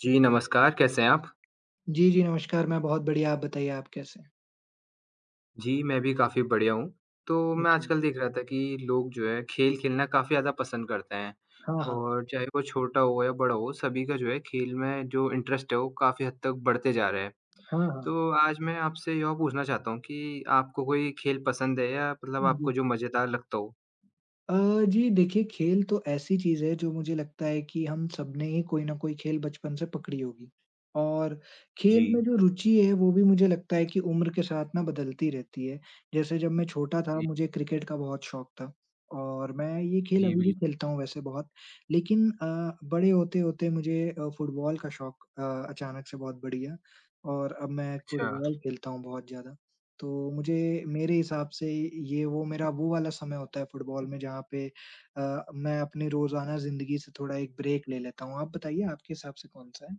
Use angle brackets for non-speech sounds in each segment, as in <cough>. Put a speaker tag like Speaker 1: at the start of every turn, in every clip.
Speaker 1: जी, नमस्कार, कैसे हैं आप?
Speaker 2: जी, जी, नमस्कार, मैं बहुत बढ़िया, आप बताइए आप कैसे हैं?
Speaker 1: जी, मैं भी काफ़ी बढ़िया हूँ। तो मैं
Speaker 2: अच्छा।
Speaker 1: आजकल देख रहा था कि लोग जो है खेल खेलना काफ़ी ज़्यादा पसंद करते हैं
Speaker 2: हाँ, हाँ।
Speaker 1: और चाहे वो छोटा हो या बड़ा हो, सभी का जो है खेल में जो इंटरेस्ट है वो काफ़ी हद तक बढ़ते जा रहे हैं।
Speaker 2: हाँ, हाँ।
Speaker 1: तो आज मैं आपसे यह पूछना चाहता हूँ कि आपको कोई खेल पसंद है या मतलब आपको
Speaker 2: जी।
Speaker 1: जो मज़ेदार लगता हो?
Speaker 2: अ, जी देखिए, खेल तो ऐसी चीज़ है जो मुझे लगता है कि हम सबने ही कोई न कोई खेल बचपन से पकड़ी होगी। और
Speaker 1: जी।
Speaker 2: खेल में जो रुचि है वो भी मुझे लगता है कि उम्र के साथ ना बदलती रहती है। जैसे जब मैं छोटा था
Speaker 1: जी,
Speaker 2: मुझे क्रिकेट का बहुत शौक था और मैं ये खेल
Speaker 1: जी,
Speaker 2: अभी भी
Speaker 1: बिल्कुल।
Speaker 2: खेलता हूँ वैसे बहुत। लेकिन बड़े होते-होते मुझे फुटबॉल का शौक अचानक से बहुत बढ़ गया और अब मैं
Speaker 1: अच्छा।
Speaker 2: फुटबॉल खेलता हूँ बहुत ज़्यादा। तो मुझे मेरे हिसाब से ये वो मेरा वो वाला समय होता है फुटबॉल में जहाँ पे मैं अपनी रोज़ाना ज़िंदगी से थोड़ा एक ब्रेक ले लेता हूँ। आप बताइए आपके हिसाब से कौन-सा है?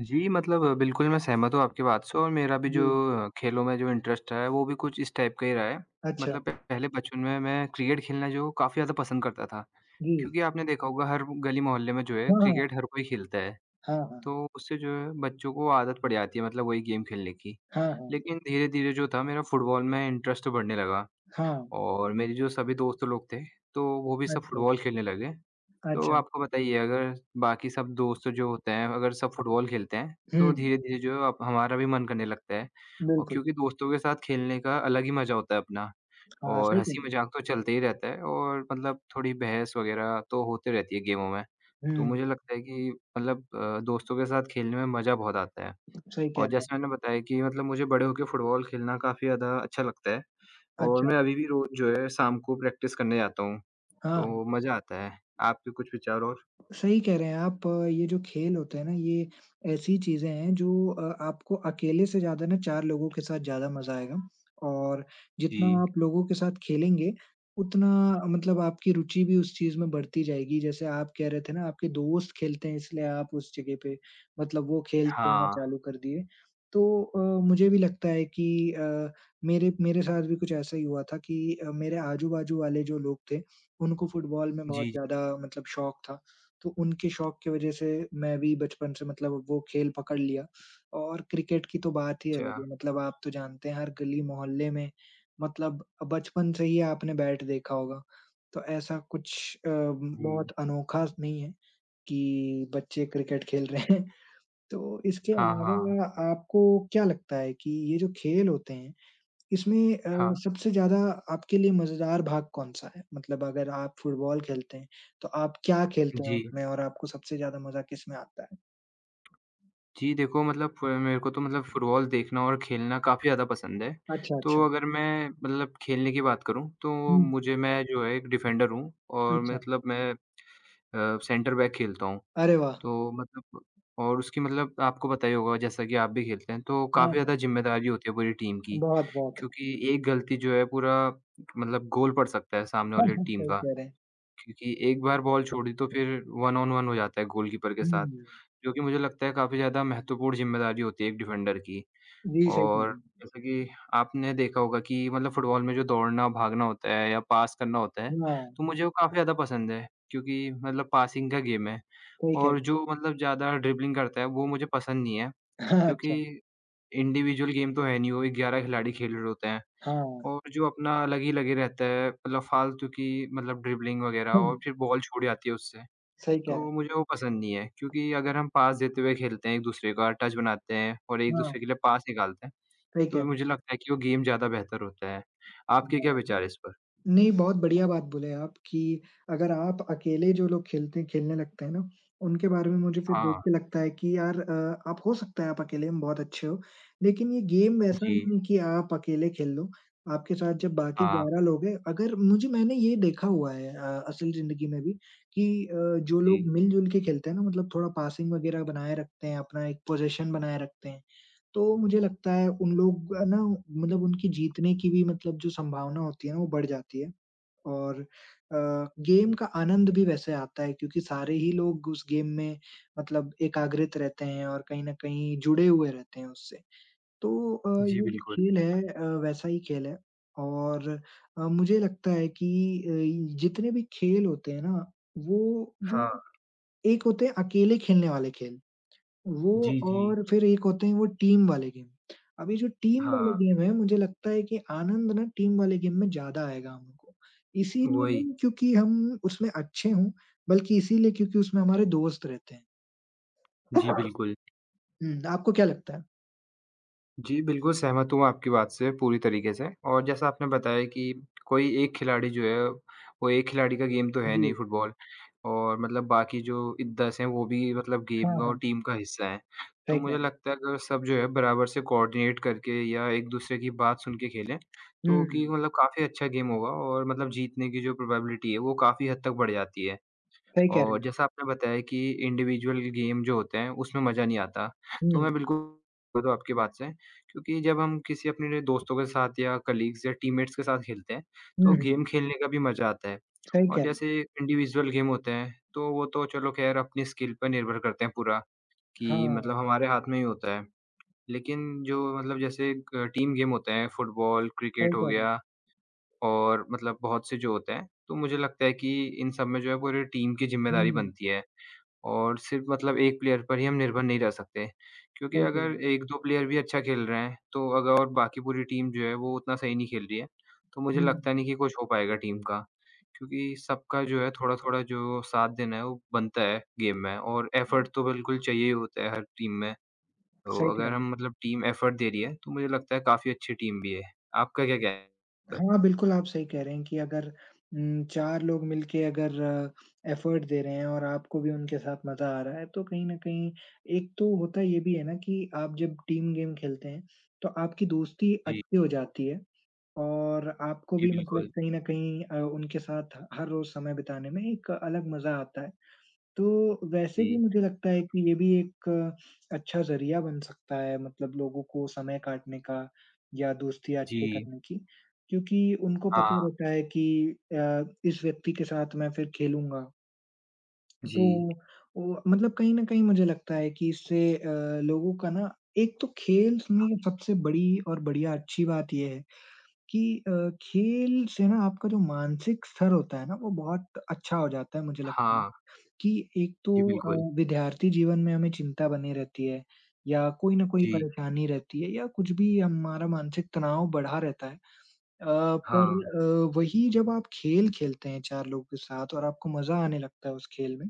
Speaker 1: जी, मतलब बिल्कुल मैं सहमत हूँ आपकी बात से और मेरा भी
Speaker 2: जी,
Speaker 1: जो खेलों में जो इंटरेस्ट है, वो भी कुछ इस टाइप का ही रहा है।
Speaker 2: अच्छा,
Speaker 1: मतलब पहले बचपन में मैं क्रिकेट खेलना जो काफ़ी ज़्यादा पसंद करता था,
Speaker 2: जी।
Speaker 1: क्योंकि आपने देखा होगा हर गली मोहल्ले में जो है
Speaker 2: हाँ, हाँ।
Speaker 1: क्रिकेट हर कोई खेलता है,
Speaker 2: हाँ, हाँ।
Speaker 1: तो उससे जो है बच्चों को आदत पड़ जाती है मतलब वही गेम खेलने की।
Speaker 2: हाँ, हाँ।
Speaker 1: लेकिन धीरे-धीरे जो था मेरा फुटबॉल में इंटरेस्ट बढ़ने लगा
Speaker 2: हाँ,
Speaker 1: और मेरे जो सभी दोस्त लोग थे, तो वो भी सब
Speaker 2: अच्छा,
Speaker 1: फुटबॉल खेलने लगे। तो
Speaker 2: अच्छा,
Speaker 1: आपको
Speaker 2: अच्छा।
Speaker 1: बताइए अगर बाकी सब दोस्त जो होते हैं, अगर सब फ़ुटबॉल खेलते हैं,
Speaker 2: हुँ,
Speaker 1: तो धीरे-धीरे जो है अब हमारा भी मन करने लगता है और
Speaker 2: बिल्कुल।
Speaker 1: क्योंकि दोस्तों के साथ खेलने का अलग ही मज़ा होता है अपना
Speaker 2: हाँ,
Speaker 1: और
Speaker 2: सही कह रहे हैं।
Speaker 1: हँसी-मज़ाक तो चलते ही रहता है और मतलब थोड़ी बहस वग़ैरह तो होते रहती है गेमों में। तो
Speaker 2: हुँ,
Speaker 1: मुझे लगता है कि मतलब दोस्तों के साथ खेलने में मज़ा बहुत आता है
Speaker 2: सही कह
Speaker 1: और
Speaker 2: रहे हैं।
Speaker 1: जैसे मैंने बताया कि मतलब मुझे बड़े होके फ़ुटबॉल खेलना काफ़ी ज़्यादा अच्छा लगता है और
Speaker 2: अच्छा,
Speaker 1: मैं अभी भी रोज़ जो है शाम को प्रैक्टिस करने जाता हूँ,
Speaker 2: हाँ, हाँ।
Speaker 1: तो मज़ा आता है। आपके कुछ विचार और?
Speaker 2: सही कह रहे हैं आप। ये जो खेल होते हैं ना, ये ऐसी चीज़ें हैं जो आपको अकेले से ज़्यादा ना 4 लोगों के साथ ज़्यादा मज़ा आएगा और जितना
Speaker 1: जी,
Speaker 2: आप लोगों के साथ खेलेंगे, उतना मतलब आपकी रुचि भी उस चीज़ में बढ़ती जाएगी। जैसे आप कह रहे थे ना, आपके दोस्त खेलते हैं इसलिए आप उस जगह पे मतलब वो खेल खेलना
Speaker 1: हाँ,
Speaker 2: चालू कर दिए। तो मुझे भी लगता है कि मेरे मेरे साथ भी कुछ ऐसा ही हुआ था कि मेरे आजू-बाजू वाले जो लोग थे, उनको फुटबॉल में बहुत
Speaker 1: जी, जी,
Speaker 2: ज़्यादा मतलब शौक था। तो उनके शौक की वजह से मैं भी बचपन से मतलब वो खेल पकड़ लिया और क्रिकेट की तो बात ही
Speaker 1: अच्छा,
Speaker 2: अलग है मतलब आप तो जानते हैं हर गली मोहल्ले में मतलब बचपन से ही आपने बैट देखा होगा। तो ऐसा कुछ बहुत
Speaker 1: जी,
Speaker 2: अनोखा नहीं है कि बच्चे क्रिकेट खेल रहे हैं। तो इसके
Speaker 1: हाँ, हाँ,
Speaker 2: अलावा आपको क्या लगता है कि ये जो खेल होते हैं इसमें
Speaker 1: हाँ,
Speaker 2: सबसे ज़्यादा आपके लिए मज़ेदार भाग कौन-सा है? मतलब अगर आप फुटबॉल खेलते हैं, तो आप क्या खेलते हैं
Speaker 1: जी।
Speaker 2: उसमें और आपको सबसे ज़्यादा मज़ा किसमें आता है?
Speaker 1: जी, देखो मतलब फ मेरे को तो मतलब फुटबॉल देखना और खेलना काफ़ी ज़्यादा पसंद है।
Speaker 2: अच्छा, अच्छा।
Speaker 1: तो अगर मैं मतलब खेलने की बात करूँ तो
Speaker 2: हुँ, हुँ।
Speaker 1: मुझे मैं जो है एक डिफेंडर हूँ और
Speaker 2: अच्छा।
Speaker 1: मतलब मैं सेंटर बैक खेलता हूँ।
Speaker 2: अरे वाह!
Speaker 1: तो मतलब और उसकी मतलब आपको पता ही होगा जैसा कि आप भी खेलते हैं तो
Speaker 2: हाँ,
Speaker 1: काफ़ी
Speaker 2: हाँ।
Speaker 1: ज़्यादा ज़िम्मेदारी होती है पूरी टीम की।
Speaker 2: बहुत, बहुत।
Speaker 1: क्योंकि एक गलती जो है पूरा मतलब गोल पड़ सकता है
Speaker 2: <laughs>
Speaker 1: सामने वाली
Speaker 2: सही
Speaker 1: टीम का।
Speaker 2: कह रहे हैं।
Speaker 1: क्योंकि एक बार बॉल छोड़ी तो फिर वन ऑन वन हो जाता है गोलकीपर के साथ,
Speaker 2: हुँ।
Speaker 1: जो कि मुझे लगता है काफ़ी ज़्यादा महत्वपूर्ण ज़िम्मेदारी होती है एक डिफेंडर की।
Speaker 2: जी, सही कह
Speaker 1: और
Speaker 2: रहे
Speaker 1: जैसे कि आपने देखा होगा कि मतलब फुटबॉल में जो दौड़ना, भागना होता है या पास करना होता है,
Speaker 2: हैं। हाँ,
Speaker 1: तो मुझे वो काफ़ी ज़्यादा पसंद है क्योंकि मतलब पासिंग का गेम है।
Speaker 2: सही कह
Speaker 1: और
Speaker 2: रहे हैं।
Speaker 1: जो मतलब ज़्यादा ड्रिबलिंग करता है वो मुझे पसंद नहीं है
Speaker 2: हाँ, अच्छा।
Speaker 1: क्योंकि इंडिविजुअल गेम तो है नहीं, वो 11 खिलाड़ी खेल रहे होते हैं।
Speaker 2: हाँ।
Speaker 1: और जो अपना अलग ही लगे रहता है, मतलब फालतू की मतलब ड्रिबलिंग वगैरह
Speaker 2: हुँ,
Speaker 1: और फिर बॉल छूट जाती है उससे,
Speaker 2: सही कह रहे
Speaker 1: तो
Speaker 2: हैं।
Speaker 1: मुझे वो पसंद नहीं है। क्योंकि अगर हम पास देते हुए खेलते हैं एक-दूसरे का, टच बनाते हैं और एक-दूसरे
Speaker 2: हाँ,
Speaker 1: के लिए पास निकालते हैं,
Speaker 2: सही कह
Speaker 1: तो
Speaker 2: रहे
Speaker 1: मुझे लगता है कि वो गेम ज़्यादा बेहतर होता है।
Speaker 2: हैं।
Speaker 1: आपके क्या
Speaker 2: हाँ।
Speaker 1: विचार है इस पर?
Speaker 2: नहीं, बहुत बढ़िया बात बोले आप कि अगर आप अकेले जो लोग खेलते खेलने लगते हैं ना, उनके बारे में मुझे फिर देख
Speaker 1: हाँ,
Speaker 2: के लगता है कि यार आप हो सकता है आप अकेले में बहुत अच्छे हो, लेकिन ये गेम वैसा
Speaker 1: जी।
Speaker 2: नहीं है कि आप अकेले खेल लो। आपके साथ जब बाकी
Speaker 1: हाँ,
Speaker 2: 11 लोग हैं अगर मुझे मैंने ये देखा हुआ है असल ज़िंदगी में भी कि जो लोग
Speaker 1: जी।
Speaker 2: मिल-जुल के खेलते हैं ना मतलब थोड़ा पासिंग वगैरह बनाए रखते हैं, अपना एक पोज़ीशन बनाए रखते हैं, तो मुझे लगता है उन लोग ना मतलब उनकी जीतने की भी मतलब जो संभावना होती है ना, वो बढ़ जाती है। और गेम का आनंद भी वैसे आता है क्योंकि सारे ही लोग उस गेम में मतलब एकाग्रित रहते हैं और कहीं न कहीं जुड़े हुए रहते हैं उससे। तो
Speaker 1: जी,
Speaker 2: ये जो
Speaker 1: बिल्कुल।
Speaker 2: खेल है वैसा ही खेल है और मुझे लगता है कि जितने भी खेल होते हैं ना, वो जो
Speaker 1: हाँ।
Speaker 2: एक होते हैं अकेले खेलने वाले खेल। वो
Speaker 1: जी, जी।
Speaker 2: और फिर एक होते हैं वो टीम वाले गेम। अभी जो टीम वाले
Speaker 1: हाँ,
Speaker 2: गेम हैं, मुझे लगता है कि आनंद ना टीम वाले गेम में ज़्यादा आएगा हमको। इसीलिए
Speaker 1: वही।
Speaker 2: नहीं क्योंकि हम उसमें अच्छे हों, बल्कि इसीलिए क्योंकि उसमें हमारे दोस्त रहते हैं।
Speaker 1: जी, बिल्कुल।
Speaker 2: हुँ, आपको क्या लगता है?
Speaker 1: जी, बिल्कुल सहमत हूँ आपकी बात से पूरी तरीके से और जैसा आपने बताया कि कोई एक खिलाड़ी जो है, वो एक खिलाड़ी का गेम तो है नहीं
Speaker 2: जी,
Speaker 1: फुटबॉल और मतलब बाकी जो इ 10 हैं वो भी मतलब
Speaker 2: हाँ,
Speaker 1: गेम का और
Speaker 2: हाँ,
Speaker 1: टीम का हिस्सा हैं। तो
Speaker 2: सही कह
Speaker 1: मुझे
Speaker 2: रहे हैं।
Speaker 1: लगता है अगर सब जो है बराबर से कोऑर्डिनेट करके या एक-दूसरे की बात सुन के खेलें, तो कि
Speaker 2: हुँ,
Speaker 1: मतलब काफ़ी अच्छा गेम होगा और मतलब जीतने की जो प्रोबेबिलिटी है वो काफ़ी हद तक बढ़ जाती है।
Speaker 2: सही कह रहे
Speaker 1: और
Speaker 2: हैं।
Speaker 1: जैसा आपने बताया कि इंडिविजुअल गेम जो होते हैं, उसमें मज़ा नहीं आता।
Speaker 2: हुँ,
Speaker 1: तो मैं बिल्कुल तो आपकी बात से क्योंकि जब हम किसी अपने दोस्तों के साथ या कलीग्स या टीममेट्स के साथ खेलते हैं,
Speaker 2: हुँ,
Speaker 1: तो
Speaker 2: हुँ,
Speaker 1: गेम खेलने का भी मज़ा आता है।
Speaker 2: सही कह
Speaker 1: और
Speaker 2: रहे हैं।
Speaker 1: जैसे इंडिविजुअल गेम होते हैं, तो वो तो चलो ख़ैर अपनी स्किल पर निर्भर करते हैं पूरा कि
Speaker 2: हाँ,
Speaker 1: मतलब हमारे हाथ में ही होता है। लेकिन जो मतलब जैसे क टीम गेम होते हैं, फुटबॉल, क्रिकेट
Speaker 2: सही
Speaker 1: हो
Speaker 2: कह रहे हैं।
Speaker 1: गया और मतलब बहुत से जो होते हैं, तो मुझे लगता है कि इन सब में जो है पूरी टीम की ज़िम्मेदारी
Speaker 2: हुँ,
Speaker 1: बनती है। और सिर्फ़ मतलब एक प्लेयर पर ही हम निर्भर नहीं रह सकते, क्योंकि
Speaker 2: सही कह रहे
Speaker 1: अगर
Speaker 2: हैं।
Speaker 1: 1-2 प्लेयर भी अच्छा खेल रहे हैं, तो अगर और बाकी पूरी टीम जो है वो उतना सही नहीं खेल रही है, तो मुझे
Speaker 2: हुँ,
Speaker 1: लगता नहीं कि कुछ हो पाएगा टीम का। क्योंकि सबका जो है थोड़ा-थोड़ा जो साथ देना है वो बनता है गेम में और एफ़र्ट तो बिल्कुल चाहिए ही होता है हर टीम में। तो
Speaker 2: सही कह
Speaker 1: अगर
Speaker 2: रहे हैं।
Speaker 1: हम मतलब टीम एफ़र्ट दे रही है, तो मुझे लगता है काफ़ी अच्छी टीम भी है। आपका क्या कहना है इस पर?
Speaker 2: हाँ, बिल्कुल आप सही कह रहे हैं कि अगर 4 लोग मिलके अगर एफ़र्ट दे रहे हैं और आपको भी उनके साथ मज़ा आ रहा है, तो कहीं न कहीं एक तो होता ये भी है ना कि आप जब टीम गेम खेलते हैं, तो आपकी दोस्ती
Speaker 1: जी,
Speaker 2: अच्छी हो जाती है और आपको
Speaker 1: जी
Speaker 2: भी मतलब
Speaker 1: बिल्कुल।
Speaker 2: कहीं न कहीं उनके साथ हर रोज़ समय बिताने में एक अलग मज़ा आता है। तो वैसे भी
Speaker 1: जी,
Speaker 2: मुझे लगता है कि ये भी एक अच्छा ज़रिया बन सकता है मतलब लोगों को समय काटने का या दोस्तियाँ अच्छे
Speaker 1: जी,
Speaker 2: करने की, क्योंकि उनको पता
Speaker 1: हाँ,
Speaker 2: रहता है कि इस व्यक्ति के साथ मैं फिर खेलूँगा। तो
Speaker 1: जी,
Speaker 2: वो मतलब कहीं न कहीं मुझे लगता है कि इससे लोगों का ना एक तो खेल में सबसे बड़ी और बढ़िया अच्छी बात ये है कि अ, खेल से ना आपका जो मानसिक स्तर होता है ना, वो बहुत अच्छा हो जाता है मुझे लगता है।
Speaker 1: हाँ,
Speaker 2: कि एक तो
Speaker 1: जी बिल्कुल।
Speaker 2: विद्यार्थी जीवन में हमें चिंता बनी रहती है या कोई ना कोई
Speaker 1: जी,
Speaker 2: परेशानी रहती है या कुछ भी हमारा मानसिक तनाव बढ़ा रहता है। अ, पर
Speaker 1: हाँ।
Speaker 2: वही जब आप खेल खेलते हैं 4 लोगों के साथ और आपको मज़ा आने लगता है उस खेल में,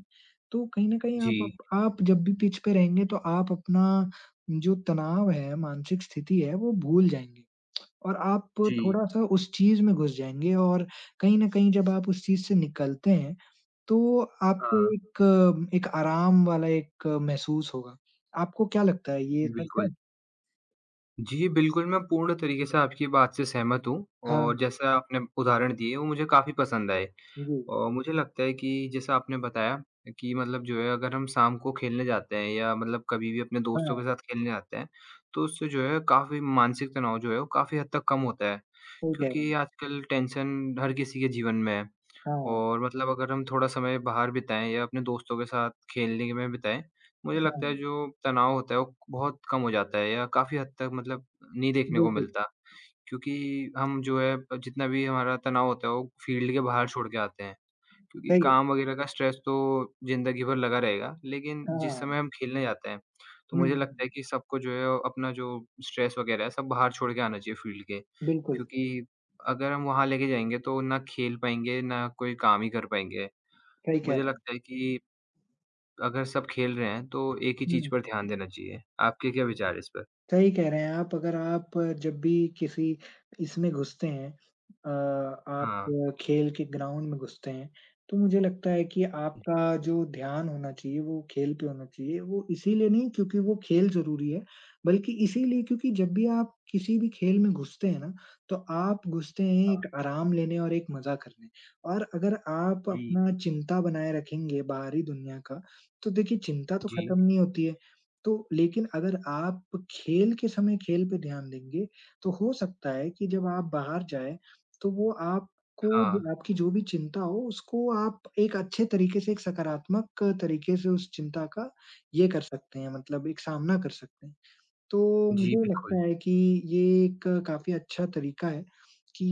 Speaker 2: तो कहीं न कहीं
Speaker 1: जी।
Speaker 2: आप जब भी पिच पे रहेंगे तो आप अपना जो तनाव है, मानसिक स्थिति है, वो भूल जाएँगे। और आप
Speaker 1: जी,
Speaker 2: थोड़ा-सा उस चीज़ में घुस जाएँगे और कहीं न कहीं जब आप उस चीज़ से निकलते हैं, तो आपको
Speaker 1: हाँ।
Speaker 2: एक एक आराम वाला एक महसूस होगा। आपको क्या लगता है ये
Speaker 1: जी,
Speaker 2: सच है?
Speaker 1: बिल्कुल। जी, बिल्कुल, मैं पूर्ण तरीके से आपकी बात से सहमत हूँ
Speaker 2: हाँ,
Speaker 1: और जैसा आपने उदाहरण दिए, वो मुझे काफ़ी पसंद आए।
Speaker 2: जी।
Speaker 1: और मुझे लगता है कि जैसा आपने बताया कि मतलब जो है अगर हम शाम को खेलने जाते हैं या मतलब कभी भी अपने दोस्तों
Speaker 2: हाँ,
Speaker 1: के साथ खेलने जाते हैं, तो उससे जो है काफ़ी मानसिक तनाव जो है वो काफ़ी हद तक कम होता है।
Speaker 2: सही कह रहे
Speaker 1: क्योंकि
Speaker 2: हैं।
Speaker 1: आजकल टेंशन हर किसी के जीवन में है
Speaker 2: हाँ,
Speaker 1: और मतलब अगर हम थोड़ा समय बाहर बिताएँ या अपने दोस्तों के साथ खेलने में बिताएँ, मुझे
Speaker 2: हाँ,
Speaker 1: लगता है जो तनाव होता है वो बहुत कम हो जाता है या काफ़ी हद तक मतलब नहीं देखने को
Speaker 2: बिल्कुल,
Speaker 1: मिलता। क्योंकि हम जो है जितना भी हमारा तनाव होता है वो फ़ील्ड के बाहर छोड़ के आते हैं। क्योंकि
Speaker 2: सही है।
Speaker 1: काम वगैरह का स्ट्रेस तो ज़िंदगी भर लगा रहेगा, लेकिन जिस
Speaker 2: हाँ,
Speaker 1: समय हम खेलने जाते हैं, तो
Speaker 2: हुँ,
Speaker 1: मुझे लगता है
Speaker 2: हुँ,
Speaker 1: कि सबको जो है अपना जो स्ट्रेस वगैरह है सब बाहर छोड़ के आना चाहिए फ़ील्ड के।
Speaker 2: बिल्कुल,
Speaker 1: क्योंकि अगर हम वहाँ लेके जाएँगे तो ना खेल पाएँगे, ना कोई काम ही कर पाएँगे।
Speaker 2: सही कह
Speaker 1: मुझे
Speaker 2: रहे हैं।
Speaker 1: लगता है कि अगर सब खेल रहे हैं तो एक ही चीज़ पर
Speaker 2: हुँ।
Speaker 1: ध्यान देना चाहिए। आपके क्या विचार है इस पर?
Speaker 2: सही कह रहे हैं आप। अगर आप जब भी किसी इसमें घुसते हैं अ, आप
Speaker 1: हाँ।
Speaker 2: खेल के ग्राउंड में घुसते हैं, तो मुझे लगता है कि आपका जो ध्यान होना चाहिए वो खेल पे होना चाहिए। वो इसीलिए नहीं क्योंकि वो खेल ज़रूरी है, बल्कि इसीलिए क्योंकि जब भी आप किसी भी खेल में घुसते हैं ना, तो आप घुसते हैं
Speaker 1: हाँ।
Speaker 2: एक आराम लेने और एक मज़ा करने। और अगर आप
Speaker 1: जी,
Speaker 2: अपना चिंता बनाए रखेंगे बाहरी दुनिया का, तो देखिए चिंता तो
Speaker 1: जी।
Speaker 2: खत्म नहीं होती है। तो लेकिन अगर आप खेल के समय खेल पे ध्यान देंगे, तो हो सकता है कि जब आप बाहर जाएँ, तो वो आपको जो
Speaker 1: हाँ।
Speaker 2: आपकी जो भी चिंता हो, उसको आप एक अच्छे तरीके से, एक सकारात्मक तरीके से उस चिंता का ये कर सकते हैं मतलब एक सामना कर सकते हैं। तो
Speaker 1: जी,
Speaker 2: मुझे
Speaker 1: बिल्कुल।
Speaker 2: लगता है कि ये एक काफ़ी अच्छा तरीका है कि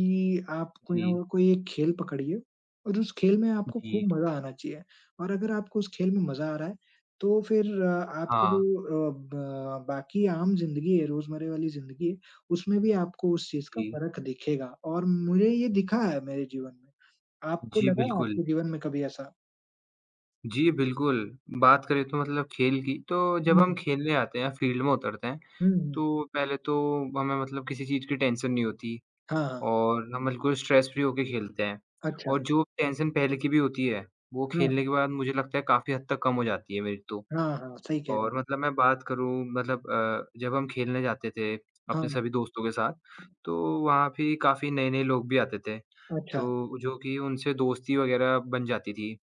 Speaker 2: आप कोई ना
Speaker 1: जी,
Speaker 2: कोई एक खेल पकड़िए और उस खेल में आपको खूब
Speaker 1: जी।
Speaker 2: मज़ा आना चाहिए और अगर आपको उस खेल में मज़ा आ रहा है, तो फिर आपकी
Speaker 1: हाँ।
Speaker 2: जो अ, ब बाकी आम ज़िंदगी है, रोज़मर्रा वाली ज़िंदगी है, उसमें भी आपको उस चीज़ का
Speaker 1: जी।
Speaker 2: फ़र्क दिखेगा और मुझे ये दिखा है मेरे जीवन में। आपको
Speaker 1: जी,
Speaker 2: लगा है
Speaker 1: बिल्कुल।
Speaker 2: आपके जीवन में कभी ऐसा?
Speaker 1: जी, बिल्कुल। बात करें तो मतलब खेल की, तो जब
Speaker 2: हुँ,
Speaker 1: हम खेलने आते हैं, फील्ड में उतरते हैं,
Speaker 2: हुँ, हुँ।
Speaker 1: तो पहले तो हमें मतलब किसी चीज़ की टेंशन नहीं होती
Speaker 2: हाँ, हाँ।
Speaker 1: और हम बिल्कुल स्ट्रेस फ्री होके खेलते हैं।
Speaker 2: अच्छा।
Speaker 1: और जो टेंशन पहले की भी होती है, वो खेलने
Speaker 2: हाँ,
Speaker 1: के बाद मुझे लगता है काफ़ी हद तक कम हो जाती है मेरी तो।
Speaker 2: हाँ, हाँ, सही कह रही
Speaker 1: और
Speaker 2: हैं।
Speaker 1: मतलब मैं बात करूँ मतलब जब हम खेलने जाते थे अपने
Speaker 2: हाँ,
Speaker 1: सभी दोस्तों के साथ, तो वहाँ भी काफ़ी नए-नए लोग भी आते थे।
Speaker 2: अच्छा।
Speaker 1: तो जो कि उनसे दोस्ती वग़ैरह बन जाती थी,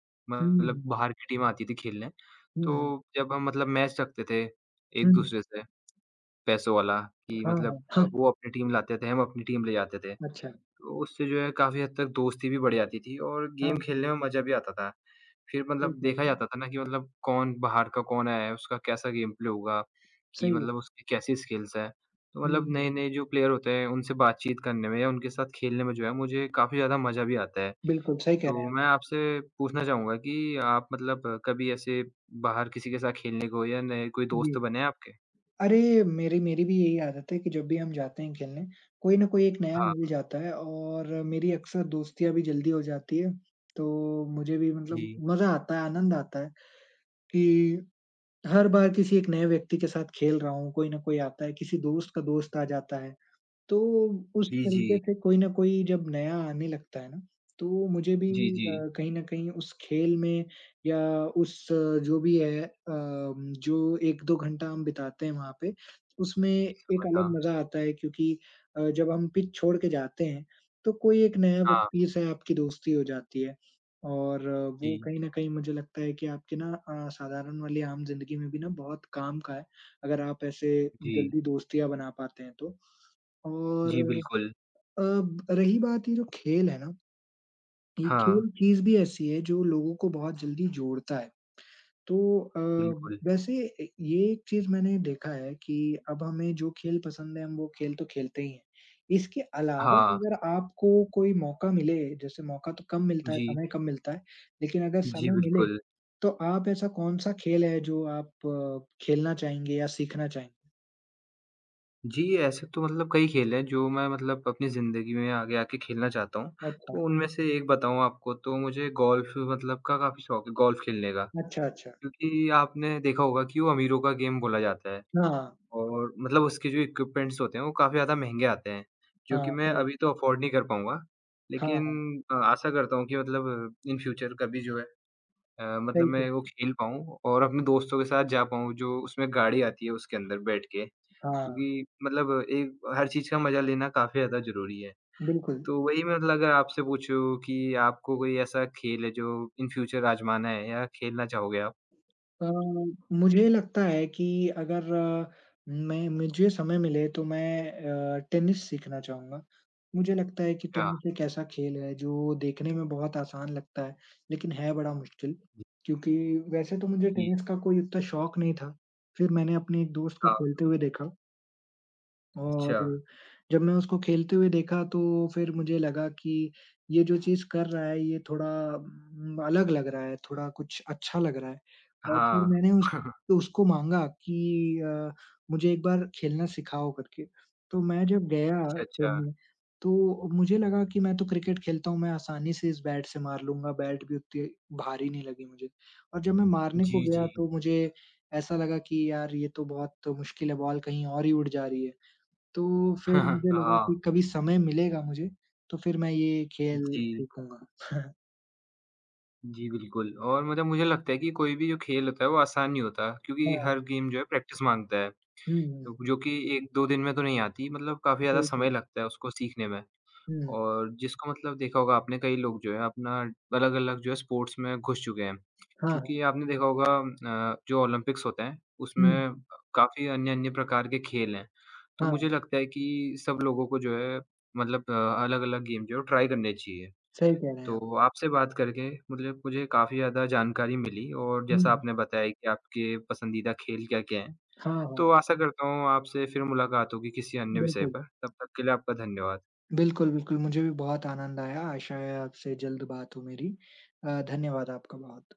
Speaker 2: हुँ,
Speaker 1: मतलब बाहर की टीम आती थी खेलने।
Speaker 2: हुँ,
Speaker 1: तो जब हम मतलब मैच रखते थे
Speaker 2: हुँ,
Speaker 1: एक-दूसरे से पैसों वाला कि
Speaker 2: हाँ, हाँ,
Speaker 1: मतलब
Speaker 2: हाँ,
Speaker 1: वो अपनी टीम लाते थे, हम अपनी टीम ले जाते थे।
Speaker 2: अच्छा,
Speaker 1: तो उससे जो है काफ़ी हद तक दोस्ती भी बढ़ जाती थी और
Speaker 2: हाँ,
Speaker 1: गेम
Speaker 2: हाँ,
Speaker 1: खेलने में मज़ा भी आता था। फिर
Speaker 2: सही
Speaker 1: मतलब
Speaker 2: कह
Speaker 1: देखा
Speaker 2: रहे हैं,
Speaker 1: जाता था ना कि मतलब कौन बाहर का कौन आया है, उसका कैसा गेम प्ले होगा, कि
Speaker 2: सही है।
Speaker 1: मतलब उसकी कैसी स्किल्स हैं। तो मतलब
Speaker 2: हुँ,
Speaker 1: नए-नए जो प्लेयर होते हैं उनसे बातचीत करने में या उनके साथ खेलने में जो है मुझे काफ़ी ज़्यादा मज़ा भी आता है।
Speaker 2: बिल्कुल सही कह रहे
Speaker 1: तो
Speaker 2: हैं आप।
Speaker 1: मैं आपसे पूछना चाहूँगा कि आप मतलब कभी ऐसे बाहर किसी के साथ खेलने को या नए कोई
Speaker 2: जी,
Speaker 1: दोस्त बने हैं आपके?
Speaker 2: अरे! मेरी मेरी भी यही आदत है कि जब भी हम जाते हैं खेलने, कोई न कोई एक नया
Speaker 1: हाँ।
Speaker 2: मिल जाता है और मेरी अक्सर दोस्तियाँ भी जल्दी हो जाती है, तो मुझे भी मतलब
Speaker 1: जी।
Speaker 2: मज़ा आता है, आनंद आता है कि हर बार किसी एक नए व्यक्ति के साथ खेल रहा हूँ, कोई न कोई आता है, किसी दोस्त का दोस्त आ जाता है। तो उस
Speaker 1: जी, जी।
Speaker 2: तरीके से कोई न कोई जब नया आने लगता है ना, तो मुझे भी
Speaker 1: जी, जी।
Speaker 2: कहीं न कहीं उस खेल में या उस जो भी है जो 1-2 घंटा हम बिताते हैं वहाँ पे, उसमें एक अलग
Speaker 1: हाँ।
Speaker 2: मज़ा आता है क्योंकि जब हम पिच छोड़ के जाते हैं, तो कोई एक नया
Speaker 1: हाँ।
Speaker 2: व्यक्ति से आपकी दोस्ती हो जाती है। और वो
Speaker 1: जी।
Speaker 2: कहीं न कहीं मुझे लगता है कि आपके ना साधारण वाली आम ज़िंदगी में भी ना बहुत काम का है, अगर आप ऐसे
Speaker 1: जी।
Speaker 2: जल्दी दोस्तियाँ बना पाते हैं तो। और
Speaker 1: जी, बिल्कुल।
Speaker 2: अब रही बात ये जो खेल है ना, ये
Speaker 1: हाँ,
Speaker 2: खेल चीज़ भी ऐसी है जो लोगों को बहुत जल्दी जोड़ता है। तो अ, व
Speaker 1: बिल्कुल।
Speaker 2: वैसे ए ये एक चीज़ मैंने देखा है कि अब हमें जो खेल पसंद है, हम वो खेल तो खेलते ही हैं। इसके अलावा
Speaker 1: हाँ,
Speaker 2: अगर आपको कोई मौका मिले, जैसे मौका तो कम मिलता है,
Speaker 1: जी।
Speaker 2: समय कम मिलता है, लेकिन अगर
Speaker 1: जी,
Speaker 2: समय मिले,
Speaker 1: बिल्कुल।
Speaker 2: तो आप ऐसा कौन-सा खेल है जो आप खेलना चाहेंगे या सीखना चाहेंगे?
Speaker 1: जी, ऐसे तो मतलब कई खेल हैं जो मैं मतलब अपनी ज़िंदगी में आगे आके खेलना चाहता हूँ।
Speaker 2: अच्छा,
Speaker 1: तो उनमें से एक बताऊँ आपको तो मुझे गोल्फ़ मतलब का काफ़ी शौक है गोल्फ़ खेलने का।
Speaker 2: अच्छा, अच्छा।
Speaker 1: क्योंकि आपने देखा होगा कि वो अमीरों का गेम बोला जाता है
Speaker 2: हाँ,
Speaker 1: और मतलब उसके जो इक्विपमेंट्स होते हैं वो काफ़ी ज़्यादा महँगे आते हैं, जो
Speaker 2: हाँ,
Speaker 1: कि मैं
Speaker 2: सही।
Speaker 1: अभी तो अफ़ोर्ड नहीं कर पाऊँगा।
Speaker 2: हाँ,
Speaker 1: लेकिन
Speaker 2: हाँ,
Speaker 1: आशा करता हूँ कि मतलब इन फ्यूचर कभी जो है
Speaker 2: सही
Speaker 1: मतलब
Speaker 2: कह
Speaker 1: मैं वो खेल पाऊँ और अपने दोस्तों के साथ जा पाऊँ जो उसमें गाड़ी आती है उसके अंदर बैठ के,
Speaker 2: हाँ,
Speaker 1: क्योंकि मतलब एक हर चीज़ का मज़ा लेना काफ़ी ज़्यादा ज़रूरी है।
Speaker 2: बिल्कुल।
Speaker 1: तो वही मैं मतलब अगर आपसे पूछूँ कि आपको कोई ऐसा खेल है जो इन फ्यूचर आज़माना है या खेलना चाहोगे आप?
Speaker 2: अ, मुझे लगता है कि अगर मैं मुझे समय मिले तो मैं टेनिस सीखना चाहूँगा। मुझे लगता है कि
Speaker 1: अच्छा,
Speaker 2: टेनिस एक ऐसा खेल है जो देखने में बहुत आसान लगता है, लेकिन है बड़ा मुश्किल क्योंकि वैसे तो मुझे
Speaker 1: जी,
Speaker 2: टेनिस का कोई इतना शौक नहीं था। फिर मैंने अपने एक दोस्त को
Speaker 1: हाँ,
Speaker 2: खेलते हुए देखा। और
Speaker 1: अच्छा,
Speaker 2: जब मैं उसको खेलते हुए देखा तो फिर मुझे लगा कि ये जो चीज़ कर रहा है ये थोड़ा अलग लग रहा है, थोड़ा कुछ अच्छा लग रहा है। और फिर
Speaker 1: हाँ।
Speaker 2: मैंने उस
Speaker 1: <laughs>
Speaker 2: तो उसको माँगा कि मुझे एक बार खेलना सिखाओ करके। तो मैं जब गया
Speaker 1: अच्छा, अच्छा।
Speaker 2: खेलने तो मुझे लगा कि मैं तो क्रिकेट खेलता हूँ, मैं आसानी से इस बैट से मार लूँगा, बैट भी उतनी भारी नहीं लगी मुझे। और जब मैं मारने को
Speaker 1: जी,
Speaker 2: गया
Speaker 1: जी।
Speaker 2: तो मुझे ऐसा लगा कि यार ये तो बहुत मुश्किल है, बॉल कहीं और ही उड़ जा रही है। तो फिर मुझे
Speaker 1: <laughs>
Speaker 2: लगा कि
Speaker 1: हाँ,
Speaker 2: कभी समय मिलेगा मुझे, तो फिर मैं ये खेल
Speaker 1: जी।
Speaker 2: सीखूँगा। हाँ,
Speaker 1: जी, बिल्कुल और मतलब मुझे लगता है कि कोई भी जो खेल होता है वो आसान नहीं होता क्योंकि हर
Speaker 2: हाँ।
Speaker 1: गेम जो है प्रैक्टिस माँगता है।
Speaker 2: हुँ, हुँ।
Speaker 1: जो कि 1-2 दिन में तो नहीं आती, मतलब काफ़ी ज़्यादा
Speaker 2: सही
Speaker 1: समय
Speaker 2: कह
Speaker 1: लगता है उसको सीखने में।
Speaker 2: हुँ,
Speaker 1: और जिसको मतलब देखा होगा आपने कई लोग जो है अपना अलग-अलग जो है स्पोर्ट्स में घुस चुके हैं।
Speaker 2: हाँ, हाँ।
Speaker 1: क्योंकि आपने देखा होगा जो ओलंपिक्स होते हैं,
Speaker 2: हुँ,
Speaker 1: उसमें काफ़ी अन्य-अन्य प्रकार के खेल हैं। तो
Speaker 2: हाँ,
Speaker 1: मुझे लगता है कि सब लोगों को जो है मतलब अलग-अलग गेम जो है ट्राई करने चाहिए।
Speaker 2: सही कह रहे हैं आप।
Speaker 1: तो आपसे बात करके मतलब मुझे काफ़ी ज़्यादा जानकारी मिली और
Speaker 2: हुँ,
Speaker 1: जैसा आपने बताया कि आपके पसंदीदा खेल क्या-क्या हैं।
Speaker 2: हाँ,
Speaker 1: तो
Speaker 2: हाँ।
Speaker 1: आशा करता हूँ आपसे फिर मुलाकात होगी किसी अन्य विषय
Speaker 2: बिल्कुल।
Speaker 1: पर। तब तक के लिए आपका धन्यवाद।
Speaker 2: बिल्कुल, बिल्कुल मुझे भी बहुत आनंद आया, आशा है आपसे जल्द बात हो मेरी। धन्यवाद आपका बहुत।